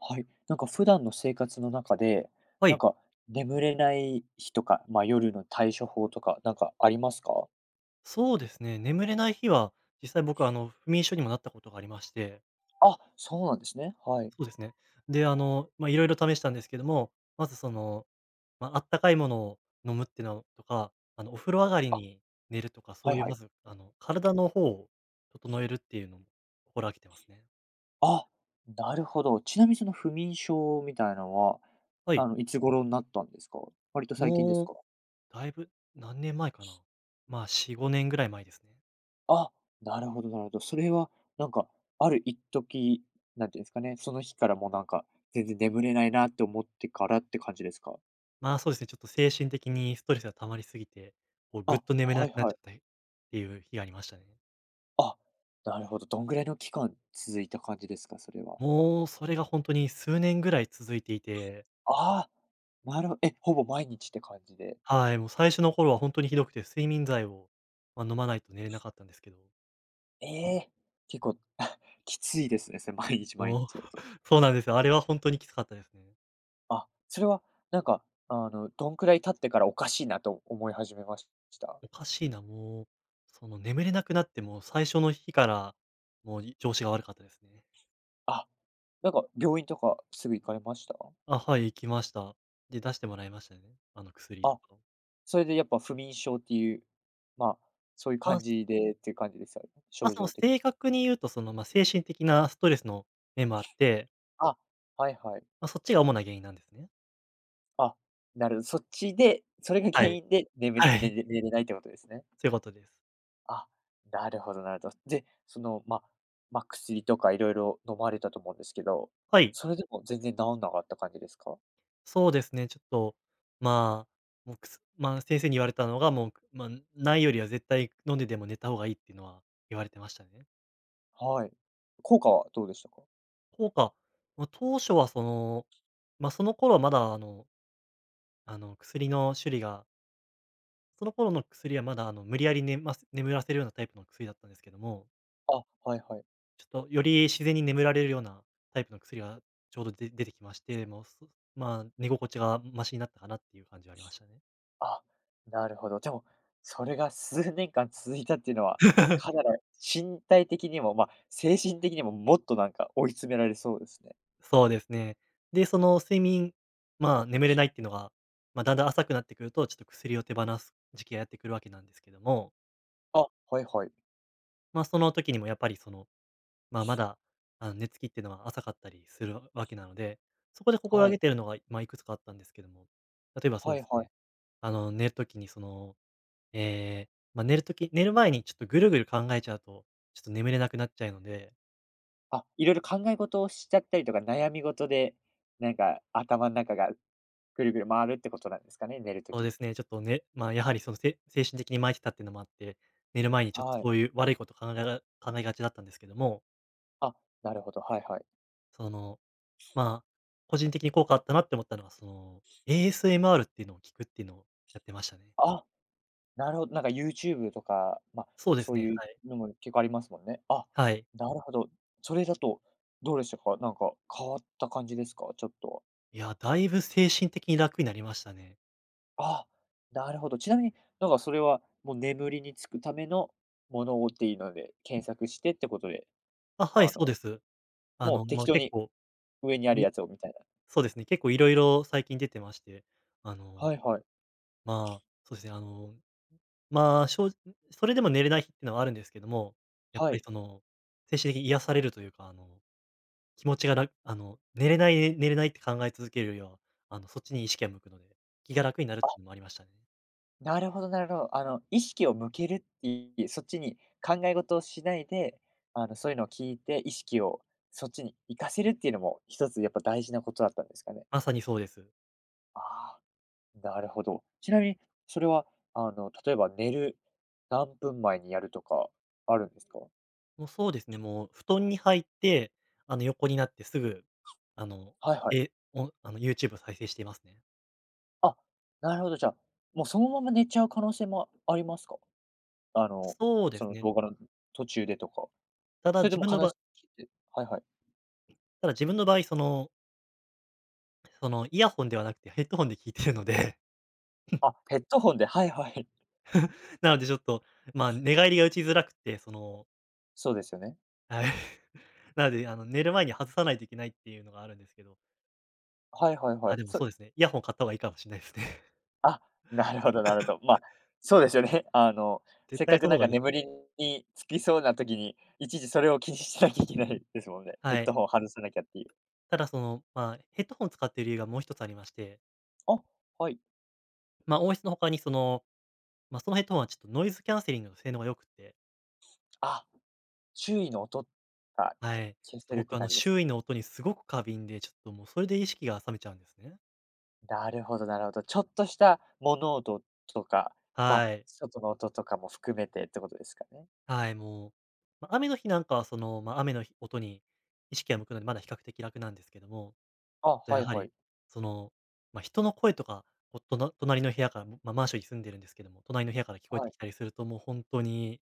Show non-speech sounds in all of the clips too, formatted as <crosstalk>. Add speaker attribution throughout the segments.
Speaker 1: はい。なんか普段の生活の中で、
Speaker 2: は
Speaker 1: なん
Speaker 2: い、
Speaker 1: か眠れない日とか、まあ、夜の対処法とか、なんかありますか？
Speaker 2: そうですね。眠れない日は、実際僕は不眠症にもなったことがありまして、
Speaker 1: あ、そうなんですね。はい。
Speaker 2: そうですね。で、あの、まあ、いろいろ試したんですけども、まず、あったかいものを飲むっていうのとか、お風呂上がり
Speaker 1: あ、
Speaker 2: に寝るとか、そ
Speaker 1: は
Speaker 2: う
Speaker 1: い
Speaker 2: いう
Speaker 1: は
Speaker 2: ま
Speaker 1: い。
Speaker 2: ず、あの、体の方を整えるっていうのも心がけてますね。
Speaker 1: あ、なるほど。ちなみにその不眠症みたいなのは、
Speaker 2: はい、
Speaker 1: いつ頃になったんですか？割と最近です
Speaker 2: もう
Speaker 1: か？
Speaker 2: だいぶ何年前かな。まあ、4、5年ぐらい前ですね。
Speaker 1: あ、なるほどなるほど。それはなんか、ある一時、なんていうんですかね、その日からもうなんか、全然眠れないなって思ってからって感じですか？
Speaker 2: そうですね、ちょっと精神的にストレスが溜まりすぎて、こう
Speaker 1: あ、
Speaker 2: ぐっ
Speaker 1: は
Speaker 2: と眠れな
Speaker 1: い
Speaker 2: くなっ
Speaker 1: は
Speaker 2: ち
Speaker 1: い。
Speaker 2: ゃったっていう日がありましたね。
Speaker 1: あ、なるほど。どんぐらいの期間続いた感じですか？それは。
Speaker 2: もう、それが本当に数年ぐらい続いていて、
Speaker 1: ああ、なるほえ、ほぼ毎日って感じで。
Speaker 2: はい、もう最初の頃は本当にひどくて、睡眠剤を、飲まないと寝れなかったんですけど、
Speaker 1: ええ、結構 <laughs> きついですね、それ毎日毎
Speaker 2: もう
Speaker 1: 日だと。
Speaker 2: <laughs> そうなんですよ。あれは本当にきつかったですね。
Speaker 1: あ、それはなんか、どんくらい経ってからおかしいなと思い始めました？
Speaker 2: おかしいな、もう、その眠れなくなって、もう最初の日から、もう、調子が悪かったですね。
Speaker 1: あ、なんか病院とかすぐ行かれました？
Speaker 2: あ、はい、行きました。で、出してもらいましたね、あの薬と
Speaker 1: あ、
Speaker 2: かを。
Speaker 1: それでやっぱ不眠症っていう、まあ、そういう
Speaker 2: まあ、
Speaker 1: 感
Speaker 2: す
Speaker 1: じでっていう感じですよね、
Speaker 2: まあ、
Speaker 1: 症
Speaker 2: その
Speaker 1: 状的に
Speaker 2: 正
Speaker 1: は。
Speaker 2: 確に言うと、精神的なストレスの面もあって、
Speaker 1: あ、はいはい。
Speaker 2: まあ、そっちが主な原因なんですね。
Speaker 1: あ、そっちで、それが
Speaker 2: は
Speaker 1: 原
Speaker 2: い、
Speaker 1: 因で、眠
Speaker 2: は
Speaker 1: れね
Speaker 2: い、
Speaker 1: れ寝れないってことですね。
Speaker 2: そういうことです。
Speaker 1: あ、なるほどなるほど。で、薬とか色々飲まれたと思うんですけど、
Speaker 2: はい、
Speaker 1: それでも全然治んなかった感じですか？
Speaker 2: そうですね、ちょっと、まあ、もう、くすまあ、先生に言われたのが、もう、まあ、ないよりは絶対飲んででも寝た方がいいっていうのは言われてましたね。
Speaker 1: はい。効果はどうでしたか？
Speaker 2: 効果、当初はその、その頃はまだ、薬の種類がその頃の薬はまだ、あの、無理やりねます眠らせるようなタイプの薬だったんですけども、
Speaker 1: あ、はいはい。
Speaker 2: ちょっとより自然に眠られるようなタイプの薬がちょうど出てきまして、もう、そまあ、寝心地がマシになったかなっていう感じはありましたね。
Speaker 1: あ、なるほど。でも、それが数年間続いたっていうのは、かなら身体的にも、ま、精神的にももっとなんか追い詰められそうですね。
Speaker 2: そうですね。で、その睡眠、まあ、眠れないっていうのが、まあ、だんだん浅くなってくると、ちょっと薬を手放す時期がやってくるわけなんですけども、
Speaker 1: あ、はいはい。
Speaker 2: ま、その時にもやっぱりまだ、あの、寝つきっていうのは浅かったりするわけなので、そこで心
Speaker 1: は
Speaker 2: がけ
Speaker 1: い。
Speaker 2: てるのが、まあ、いくつかあったんですけども、例えばそう
Speaker 1: は
Speaker 2: で
Speaker 1: い
Speaker 2: す
Speaker 1: はい。
Speaker 2: ね、寝る時にええ、寝る前にちょっとぐるぐる考えちゃうと、ちょっと眠れなくなっちゃうので
Speaker 1: あ、いろいろ考え事をしちゃったりとか、悩み事で、なんか頭の中がぐるぐる回るってことなんですかね、寝る
Speaker 2: そう
Speaker 1: 時
Speaker 2: で
Speaker 1: に。
Speaker 2: すね、ちょっとね、まあ、やはりその、精神的に巻いてたっていうのもあって、寝る前にちょっと
Speaker 1: はい。
Speaker 2: そういう悪いこと考えがちだったんですけども、
Speaker 1: あ、なるほど、はいはい。
Speaker 2: その、まあ、個人的に効果あったなって思ったのは、その、ASMR っていうのを聞くっていうのをやってましたね。
Speaker 1: あ、なるほど、なんか YouTube とか、まあ、
Speaker 2: そうで
Speaker 1: そ
Speaker 2: す
Speaker 1: う
Speaker 2: ね、
Speaker 1: いう
Speaker 2: はい。
Speaker 1: のも結構ありますもんね。あ、
Speaker 2: はい。
Speaker 1: なるほど。それだとどうでしたか？なんか変わった感じですか？ちょっと。
Speaker 2: いや、だいぶ精神的に楽になりましたね。
Speaker 1: あ、なるほど。ちなみに、なんかそれはもう眠りにつくためのものをっていうので、検索してってことで、
Speaker 2: あ、はい、
Speaker 1: あ
Speaker 2: そう
Speaker 1: の、
Speaker 2: です。あ
Speaker 1: もう
Speaker 2: の、ま
Speaker 1: 適
Speaker 2: あ、
Speaker 1: 当
Speaker 2: 結
Speaker 1: に
Speaker 2: 構、
Speaker 1: 上にある
Speaker 2: い
Speaker 1: やつをみたいな。
Speaker 2: そうですね、結構いろいろ最近出てまして、あの、
Speaker 1: はいはい。
Speaker 2: まあ、そうですね、あの正直それでも寝れない日ってのはあるんですけども、やっ
Speaker 1: は
Speaker 2: ぱり
Speaker 1: い。
Speaker 2: その、精神的に癒されるというか、あの、気持ちが楽、あの、寝れないって考え続けるよりは、あの、そっちに意識が向くので、気が楽になるっていうのもありましたね。
Speaker 1: なるほどなるほど。意識を向けるっていう、そっちに考え事をしないで、そういうのを聞いて、意識をそっちに活かせるっていうのも、一つやっぱ大事なことだったんですかね。
Speaker 2: まさにそうです。
Speaker 1: ああ、なるほど。ちなみに、それは、例えば寝る何分前にやるとか、あるんですか？
Speaker 2: もうそうですね、もう布団に入って、あの、横になってすぐ、あの、
Speaker 1: はいはい。
Speaker 2: えおあの、YouTube を再生していますね。
Speaker 1: あ、なるほど、じゃあ、もうそのまま寝ちゃう可能性もありますか？あの、
Speaker 2: そうで
Speaker 1: そ
Speaker 2: す
Speaker 1: の
Speaker 2: ね。
Speaker 1: 動画の途中でとか。
Speaker 2: ただ
Speaker 1: それで
Speaker 2: 自
Speaker 1: も
Speaker 2: 分
Speaker 1: か
Speaker 2: の
Speaker 1: なし
Speaker 2: ば
Speaker 1: いってはいはい。
Speaker 2: ただ自分の場合、イヤホンではなくてヘッドホンで聞いてるので
Speaker 1: あ、ヘッドホンで、はいはい。
Speaker 2: <laughs> なのでちょっと、まあ、寝返りが打ちづらくて、その、
Speaker 1: <laughs> そうですよね。
Speaker 2: はい。<laughs> なので、あの、寝る前に外さないといけないっていうのがあるんですけど、
Speaker 1: はいはいは
Speaker 2: あ、
Speaker 1: い。
Speaker 2: でもそうですね、イヤホン買った方がいいかもしれないですね。<laughs>
Speaker 1: あ、<laughs> なるほどなるほど。まあ、そうですよね。<laughs>
Speaker 2: 絶
Speaker 1: せっ
Speaker 2: 対
Speaker 1: かく
Speaker 2: その
Speaker 1: なん
Speaker 2: 方がい
Speaker 1: か
Speaker 2: いですよ
Speaker 1: 眠
Speaker 2: ね。
Speaker 1: りにつきそうな時に、いちいちそれを気にしなきゃいけないですもんね。ヘ
Speaker 2: は
Speaker 1: ッ
Speaker 2: い。
Speaker 1: ドホン外さなきゃっていう。
Speaker 2: ただその、まあ、ヘッドホン使っている理由がもう一つありまして、
Speaker 1: あ、はい。
Speaker 2: まあ、音質の他にそのヘッドホンはちょっとノイズキャンセリングの性能が良くて、
Speaker 1: あ、周囲の音が
Speaker 2: はい。
Speaker 1: 消
Speaker 2: ちょっと
Speaker 1: せるっ
Speaker 2: 僕
Speaker 1: て
Speaker 2: あの、
Speaker 1: 感じですね。
Speaker 2: 周囲の音にすごく過敏で、ちょっともうそれで意識が覚めちゃうんですね。
Speaker 1: なるほどなるほど。ちょっとした物音とか、
Speaker 2: はい。
Speaker 1: 外の音とかも含めてってことですかね。
Speaker 2: はい、もう、まあ、雨の日なんかは雨の日音に意識が向くので、まだ比較的楽なんですけども、
Speaker 1: あ、
Speaker 2: と
Speaker 1: は
Speaker 2: や
Speaker 1: い
Speaker 2: は
Speaker 1: はい。
Speaker 2: り、その、人の声とか、こう、隣の部屋から、まあマンションに住んでるんですけども、隣の部屋から聞こえ
Speaker 1: は
Speaker 2: て
Speaker 1: い。
Speaker 2: きたりすると、もう本当に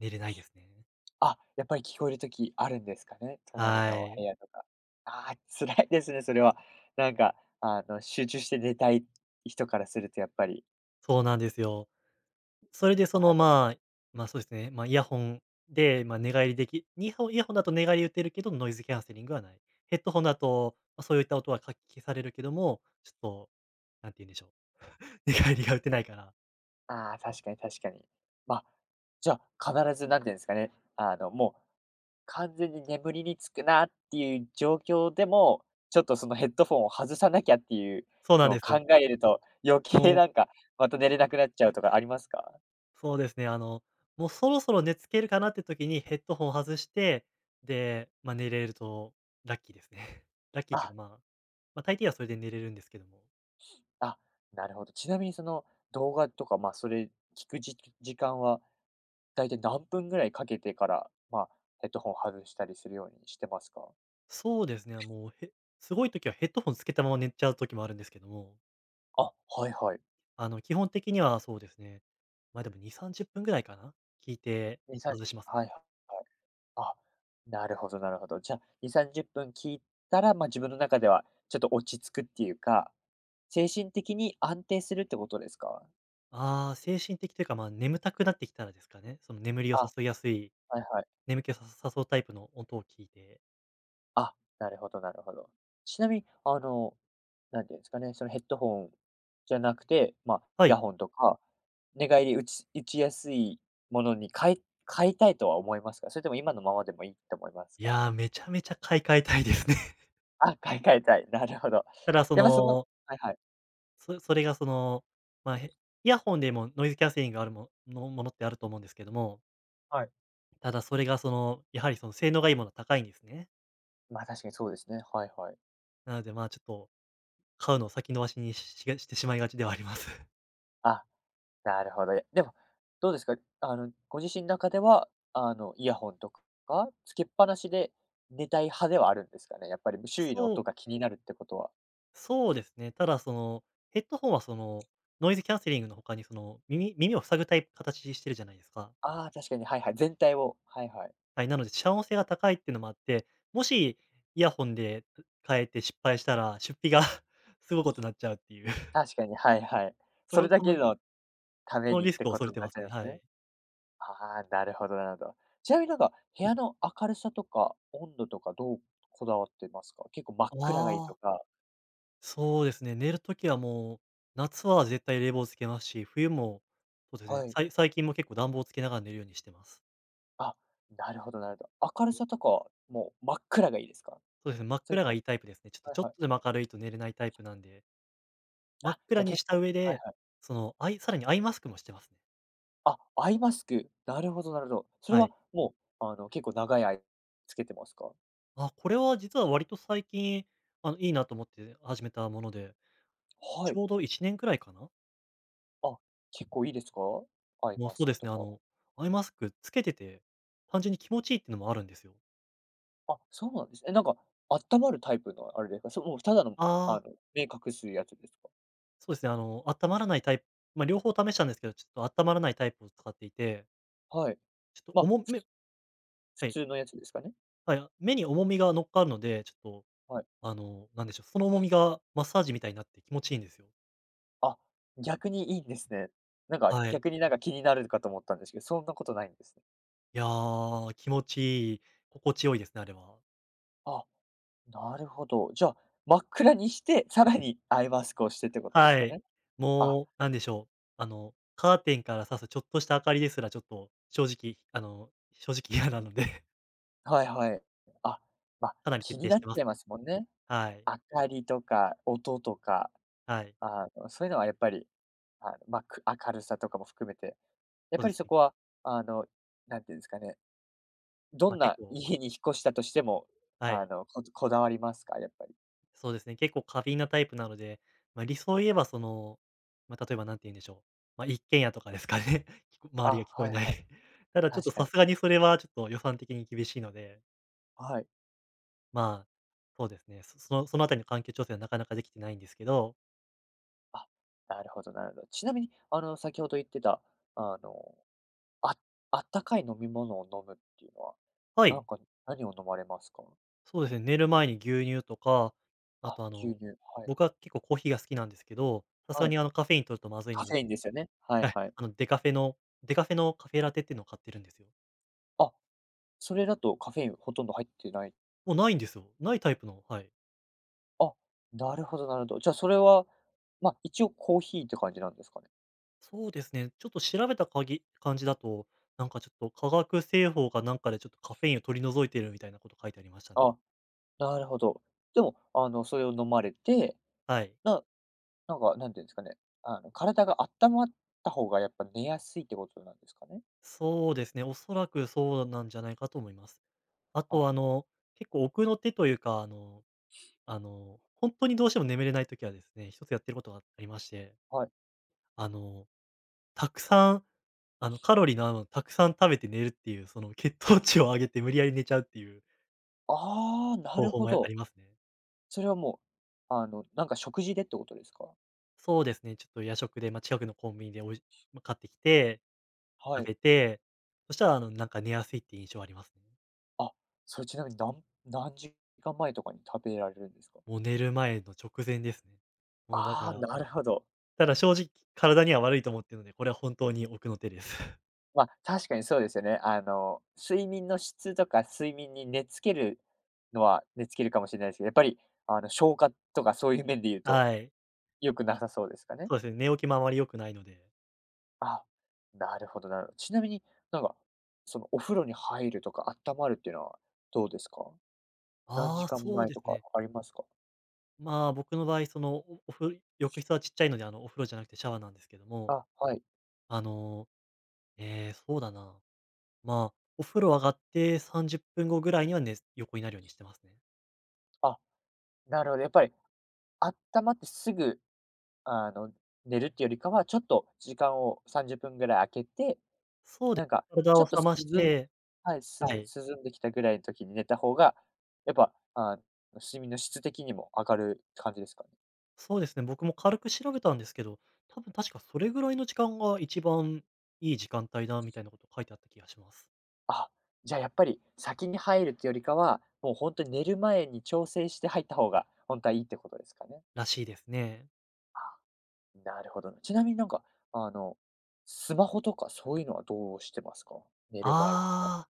Speaker 2: 寝れないですね。
Speaker 1: あ、やっぱり聞こえるときあるんですかね、隣
Speaker 2: は
Speaker 1: の部
Speaker 2: い。
Speaker 1: 屋とか。ああ、辛いですね、それは。なんか、集中して寝たい人からするとやっぱり、
Speaker 2: そうなんですよ。それで
Speaker 1: なるほど、
Speaker 2: イヤホンで、まあ、寝返りできにほイヤホンだと寝返り打てるけど、ノイズキャンセリングはない。ヘッドホンだと、ま、そういった音はかき消されるけども、ちょっと、なんて言うんでしょう、<laughs> 寝返りが打てないから。
Speaker 1: ああ、確かに確かに。ま、あじゃあ、必ずなんていうんですかね、もう完全に眠りにつくなっていう状況でも、ちょっとそのヘッドフォンを外さなきゃっていう
Speaker 2: そうなん
Speaker 1: の
Speaker 2: で
Speaker 1: を考
Speaker 2: す。
Speaker 1: えると、余計
Speaker 2: もう、
Speaker 1: なんか、また寝れなくなっちゃうとかありますか？
Speaker 2: そうですね、あの、もうそろそろ寝つけるかなって時にヘッドホンを外して、で、まあ、寝れるとラッキーですね。<laughs> ラッキーっていう
Speaker 1: あ。
Speaker 2: か、まあ、まあ、大抵はそれで寝れるんですけども。
Speaker 1: あ、なるほど。ちなみにその動画とか、ま、それ聞く時間は、だいたい何分ぐらいかけてから、まあ、ヘッドホン外したりするようにしてますか？
Speaker 2: そうですね、もう、へすごい時はヘッドホンつけたまま寝ちゃう時もあるんですけども、
Speaker 1: あ、はいはい。
Speaker 2: あの、基本的にはそうですね、ま、でも2、30分ぐらいかな、聞いて
Speaker 1: 2、
Speaker 2: 外
Speaker 1: 30
Speaker 2: します
Speaker 1: 分。
Speaker 2: ね。
Speaker 1: はいはい。あ、なるほどなるほど。じゃあ、2、30分聞いたら、ま、自分の中ではちょっと落ち着くっていうか、精神的に安定するってことですか？
Speaker 2: ああ、精神的というか、まあ、眠たくなってきたらですかね、その眠りを
Speaker 1: あ、
Speaker 2: 誘いやすい
Speaker 1: はいはい。
Speaker 2: 眠気をさ誘うタイプの音を聞いて
Speaker 1: あ、なるほどなるほど。ちなみに、なんていうんですかね、そのヘッドホンじゃなくて、まあ、
Speaker 2: は
Speaker 1: イヤ
Speaker 2: い。
Speaker 1: ホンとか、寝返り打ちやすいものに変えたいとは思いますか？それとも今のままでもいいと思います
Speaker 2: い
Speaker 1: か？
Speaker 2: や、めちゃめちゃ買い替えたいですね。<laughs>
Speaker 1: あ、買い替えたい、なるほど。
Speaker 2: ただそ
Speaker 1: やっぱその
Speaker 2: の、
Speaker 1: はいはい。
Speaker 2: それがまあ、へイヤホンでもノイズキャンセリングあるものってあると思うんですけども、
Speaker 1: はい。
Speaker 2: ただそれがその、やはりその性能がいいものは高いんですね。
Speaker 1: ま、確かにそうですね。はいはい。
Speaker 2: なので、まあ、ちょっと買うのを先延ばしにしがしてしまいがちではあります。<laughs>
Speaker 1: あ、なるほど。でも、どうですか？ご自身の中では、イヤホンとかつけっぱなしで寝たい派ではあるんですかね？やっぱり、周囲の
Speaker 2: そう
Speaker 1: 音が気になるってことは
Speaker 2: そうですね。ただその、ヘッドホンはその、ノイズキャンセリングの他にその、耳を塞ぐタイプ形してるじゃないですか。
Speaker 1: ああ、確かに、はいはい、全体をはいはい。
Speaker 2: はい、なので、遮音性が高いっていうのもあって、もしイヤホンで変えて失敗したら、出費が <laughs> すごいことになっちゃうっていう、<laughs>
Speaker 1: 確かに、はいはい。
Speaker 2: そ
Speaker 1: そ
Speaker 2: こ
Speaker 1: れだ
Speaker 2: そ
Speaker 1: け
Speaker 2: の
Speaker 1: のた
Speaker 2: そ
Speaker 1: め
Speaker 2: の
Speaker 1: にっ
Speaker 2: リス
Speaker 1: て
Speaker 2: クを
Speaker 1: こ
Speaker 2: 恐れ
Speaker 1: とに
Speaker 2: て
Speaker 1: な
Speaker 2: ま
Speaker 1: っ
Speaker 2: す
Speaker 1: ちゃい
Speaker 2: ね、
Speaker 1: ます
Speaker 2: はい。
Speaker 1: ね。ああ、なるほどなるほど。ちなみになんか、部屋の明るさとか温度とかどうこだわってますか？結構真っ暗がいい
Speaker 2: あ
Speaker 1: と
Speaker 2: あ、
Speaker 1: か
Speaker 2: そうですね、寝るときはもう、夏は絶対冷房つけますし、冬もそうですね、
Speaker 1: はい。
Speaker 2: 最近も結構暖房つけながら寝るようにしてます。
Speaker 1: あ、なるほどなるほど。明るさとかはもう真っ暗がいいですか？
Speaker 2: そうですね、真っ
Speaker 1: それ
Speaker 2: 暗
Speaker 1: と
Speaker 2: がい
Speaker 1: も
Speaker 2: いタイプですね。
Speaker 1: はい
Speaker 2: ちょっ
Speaker 1: は
Speaker 2: と
Speaker 1: い。
Speaker 2: でも明るいと寝れないタイプなんで、真っ
Speaker 1: あ、じ
Speaker 2: 暗
Speaker 1: ゃ、
Speaker 2: にし
Speaker 1: 結
Speaker 2: た
Speaker 1: 構
Speaker 2: 上
Speaker 1: はい
Speaker 2: で、
Speaker 1: はい。
Speaker 2: さらにアイマスクもしてますね。
Speaker 1: あ、アイマスク。なるほどなるほど。それ
Speaker 2: は
Speaker 1: は
Speaker 2: い。
Speaker 1: もう、結構長い間つけてますか？
Speaker 2: あ、これは実は割と最近、いいなと思って始めたもので、
Speaker 1: は
Speaker 2: ち
Speaker 1: い。
Speaker 2: ょうど1年くらいかな？
Speaker 1: あ、結構いいですか？アイマ
Speaker 2: そう
Speaker 1: ス
Speaker 2: で
Speaker 1: ク
Speaker 2: す
Speaker 1: と
Speaker 2: ね、
Speaker 1: か。
Speaker 2: アイマスクつけてて、単純に気持ちいいっていうのもあるんですよ。
Speaker 1: あ、そうなんですね。え、なんか、温まるタイプのあれですか？もうただの、あ
Speaker 2: あ
Speaker 1: の、
Speaker 2: あ、
Speaker 1: 目隠すやつですか？
Speaker 2: そうですね、温ったまらないタイプ、まあ、両方試したんですけど、ちょっとあったまらないタイプを使っていて、
Speaker 1: はい。
Speaker 2: ちょっと
Speaker 1: まあ、
Speaker 2: 重め。
Speaker 1: 普
Speaker 2: はい、
Speaker 1: 通のやつですかね？
Speaker 2: はい、目に重みが乗っかるので、ちょっと、
Speaker 1: はい。
Speaker 2: なんでしょう、その重みがマッサージみたいになって気持ちいいんですよ。
Speaker 1: あ、逆にいいんですね。なんか、
Speaker 2: はい。
Speaker 1: 逆になんか気になるかと思ったんですけど、そんなことないんですね。
Speaker 2: いやー、気持ちいい、心地よいですね、あれは。
Speaker 1: あ、なるほど。じゃあ、真っ暗にして、さらにアイマスクをしてってことです
Speaker 2: は
Speaker 1: か
Speaker 2: い。
Speaker 1: ね？あ、
Speaker 2: もう、なんでしょう、カーテンから差すちょっとした明かりですら、ちょっと正直、正直嫌なので <laughs>、
Speaker 1: はいはい。あ、まあ、
Speaker 2: かなり徹
Speaker 1: 気に
Speaker 2: 底し
Speaker 1: なっち
Speaker 2: てます
Speaker 1: ゃいま
Speaker 2: ね。
Speaker 1: すもんね。
Speaker 2: はい。
Speaker 1: 明かりとか音とか、
Speaker 2: はい。
Speaker 1: そういうのはやっぱり、明るさとかも含めて、やっ
Speaker 2: そう
Speaker 1: ぱ
Speaker 2: で
Speaker 1: り
Speaker 2: す
Speaker 1: そ
Speaker 2: ね。
Speaker 1: こは、あの、なんていうんですかね、ど
Speaker 2: ま、
Speaker 1: ん
Speaker 2: 結
Speaker 1: な
Speaker 2: 構。
Speaker 1: 家に引っ越したとしても、
Speaker 2: はい。
Speaker 1: こだわりますか？やっぱり。
Speaker 2: そうですね、結構過敏なタイプなので、ま、理想を言えばその、ま、例えば何て言うんでしょう、ま、一軒家とかですかね。<laughs> 周
Speaker 1: あ、
Speaker 2: りが聞こえ
Speaker 1: はい
Speaker 2: ない
Speaker 1: はい。
Speaker 2: <laughs>。ただちょっと
Speaker 1: 確か
Speaker 2: さ
Speaker 1: に。
Speaker 2: すがにそれはちょっと予算的に厳しいので、
Speaker 1: はい。
Speaker 2: まあ、そうですね、そのあたりの環境調整はなかなかできてないんですけど。
Speaker 1: あ、なるほどなるほど。ちなみに、先ほど言ってた、あのああったかい飲み物を飲むっていうのは、
Speaker 2: は
Speaker 1: な
Speaker 2: い。
Speaker 1: んか何を飲まれますか？
Speaker 2: そうですね、寝る前に牛乳とか、あ
Speaker 1: あ、
Speaker 2: と
Speaker 1: 牛乳、はい。
Speaker 2: 僕は結構コーヒーが好きなんですけど、さすが
Speaker 1: はい。
Speaker 2: にカフェイン摂るとまずい
Speaker 1: カ
Speaker 2: ので、
Speaker 1: フェインですよね。はい
Speaker 2: はい、
Speaker 1: はい。
Speaker 2: デカフェのカフェラテっていうのを買ってるんですよ。
Speaker 1: あ、それだとカフェインほとんど入ってない。
Speaker 2: もうないんですよ。ないタイプの、はい。
Speaker 1: あ、なるほどなるほど。じゃあそれは、ま、一応コーヒーって感じなんですかね？
Speaker 2: そうですね、ちょっと調べた限感じだと、なんかちょっと化学製法かなんかでちょっとカフェインを取り除いているみたいなこと書いてありましたね。
Speaker 1: あ、なるほど。でも、それを飲まれて、
Speaker 2: はい。
Speaker 1: ななんか、なんていうんですかね、体があったまった方がやっぱ寝やすいってことなんですかね？
Speaker 2: そうですね、おそらくそうなんじゃないかと思います。あと
Speaker 1: あ、
Speaker 2: 結構奥の手というか、本当にどうしても眠れないときはですね、一つやってることがありまして、
Speaker 1: はい。
Speaker 2: あの、たくさん、カロリーのあるものをたくさん食べて寝るっていう、その、血糖値を上げて無理やり寝ちゃうっていう
Speaker 1: ああ、な
Speaker 2: 方
Speaker 1: る
Speaker 2: 法
Speaker 1: ほ
Speaker 2: もあ
Speaker 1: ど。
Speaker 2: りますね。
Speaker 1: それはもう、なんか食事でってことですか？
Speaker 2: そうですね、ちょっと夜食で、まあ、近くのコンビニでおいま、買ってきて、
Speaker 1: は
Speaker 2: 食
Speaker 1: い。
Speaker 2: べて、そしたら、なんか寝やすいっていう印象はありますね。
Speaker 1: あ、それちなみに何時間前とかに食べられるんですか？
Speaker 2: もう寝る前の直前ですね。もうだか
Speaker 1: ああー、
Speaker 2: ら、
Speaker 1: なるほど。
Speaker 2: ただ正直体には悪いと思ってるので、これは本当に奥の手です。<laughs>
Speaker 1: まあ、確かにそうですよね。睡眠の質とか睡眠に寝付けるのは寝付けるかもしれないですけど、やっぱり、消化とかそういう面で言うと、
Speaker 2: はい。
Speaker 1: 良くな
Speaker 2: あ、
Speaker 1: さそうですかね。
Speaker 2: そうですね、寝起きもあまり良くないので。
Speaker 1: あ、なるほどなるほど。ちなみに、なんか、そのお風呂に入るとか温まるっていうのはどうですか？何
Speaker 2: あ
Speaker 1: 時
Speaker 2: あ、
Speaker 1: 間
Speaker 2: そう
Speaker 1: 前
Speaker 2: です
Speaker 1: とか
Speaker 2: ね。
Speaker 1: ありますか？
Speaker 2: まあ、僕の場合、その、おお風呂浴室はちっちゃいので、お風呂じゃなくてシャワーなんですけども、
Speaker 1: あ、はい。
Speaker 2: あの、えーそうだな。まあ、お風呂上がって30分後ぐらいにはね、横になるようにしてますね。
Speaker 1: あ、なるほど、やっぱりあったまってすぐ、あの、寝るっていうよりかは、ちょっと時間を30分ぐらい空けて、
Speaker 2: そうで
Speaker 1: なんか
Speaker 2: す、体
Speaker 1: ちょ
Speaker 2: を
Speaker 1: っと
Speaker 2: 冷まし
Speaker 1: 涼ん
Speaker 2: て。
Speaker 1: はい、す
Speaker 2: はい。
Speaker 1: 涼んできたぐらいの時に寝た方が、やっぱ、睡眠の質的にも上がる感じですかね？
Speaker 2: そうですね、僕も軽く調べたんですけど、多分確かそれぐらいの時間が一番いい時間帯だみたいなこと書いてあった気がします。
Speaker 1: あ、じゃあやっぱり先に入るってよりかは、もう本当に寝る前に調整して入った方が、本当はいいってことですかね？
Speaker 2: らしいですね。
Speaker 1: あ、なるほどな。ちなみになんか、あの、スマホとかそういうのはどうしてますか？寝る前とか。
Speaker 2: ああ。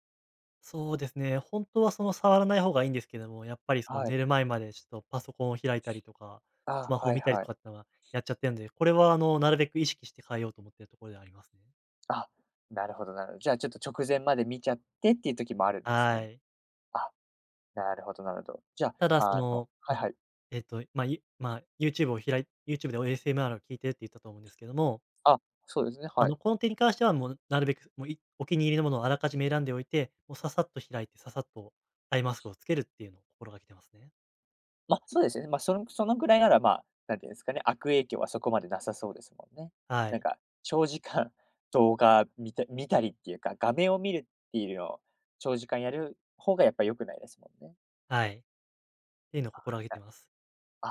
Speaker 2: そうですね、本当はその触らない方がいいんですけども、やっぱりその
Speaker 1: はい。
Speaker 2: 寝る前までちょっとパソコンを開いたりとか、ス
Speaker 1: あ、
Speaker 2: マホを
Speaker 1: はい
Speaker 2: 見たり
Speaker 1: は
Speaker 2: と
Speaker 1: い。
Speaker 2: かってのはやっちゃってるんで、これはなるべく意識して変えようと思ってるところではありますね。
Speaker 1: あ、なるほどなるほど。じゃあ、ちょっと直前まで見ちゃってっていう時もあるんです
Speaker 2: は
Speaker 1: ね。
Speaker 2: い。
Speaker 1: あ、なるほどなるほど。じゃ
Speaker 2: ただ
Speaker 1: あ、
Speaker 2: その、
Speaker 1: は
Speaker 2: ま
Speaker 1: い
Speaker 2: あ、
Speaker 1: はい。
Speaker 2: YouTube で ASMR を聞いてるって言ったと思うんですけども、
Speaker 1: あ、そうですね、はい。
Speaker 2: この点に関してはもうなるべくもう、お気に入りのものをあらかじめ選んでおいて、もうささっと開いて、ささっとアイマスクをつけるっていうのを心がけてますね。
Speaker 1: ま、そうですね。ま、そのぐらいなら、まあ、なんていうんですかね、悪影響はそこまでなさそうですもんね。
Speaker 2: は
Speaker 1: なん
Speaker 2: い、
Speaker 1: か、長時間 <laughs> 動画見たりっていうか、画面を見るっていうのを長時間やる方がやっぱ良くないですもんね。
Speaker 2: はい。っていうのを心がけてます。
Speaker 1: あ、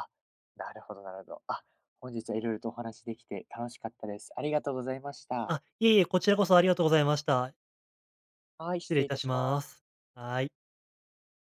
Speaker 1: なるほどなるほど。あ、本日はいろいろとお話できて楽しかったです。ありがとうございました。
Speaker 2: あ、いえいえ、こちらこそありがとうございました。
Speaker 1: はい、
Speaker 2: 失
Speaker 1: 失
Speaker 2: 礼い
Speaker 1: 礼い
Speaker 2: た
Speaker 1: た
Speaker 2: し
Speaker 1: しま
Speaker 2: ま
Speaker 1: す。
Speaker 2: す。はーい。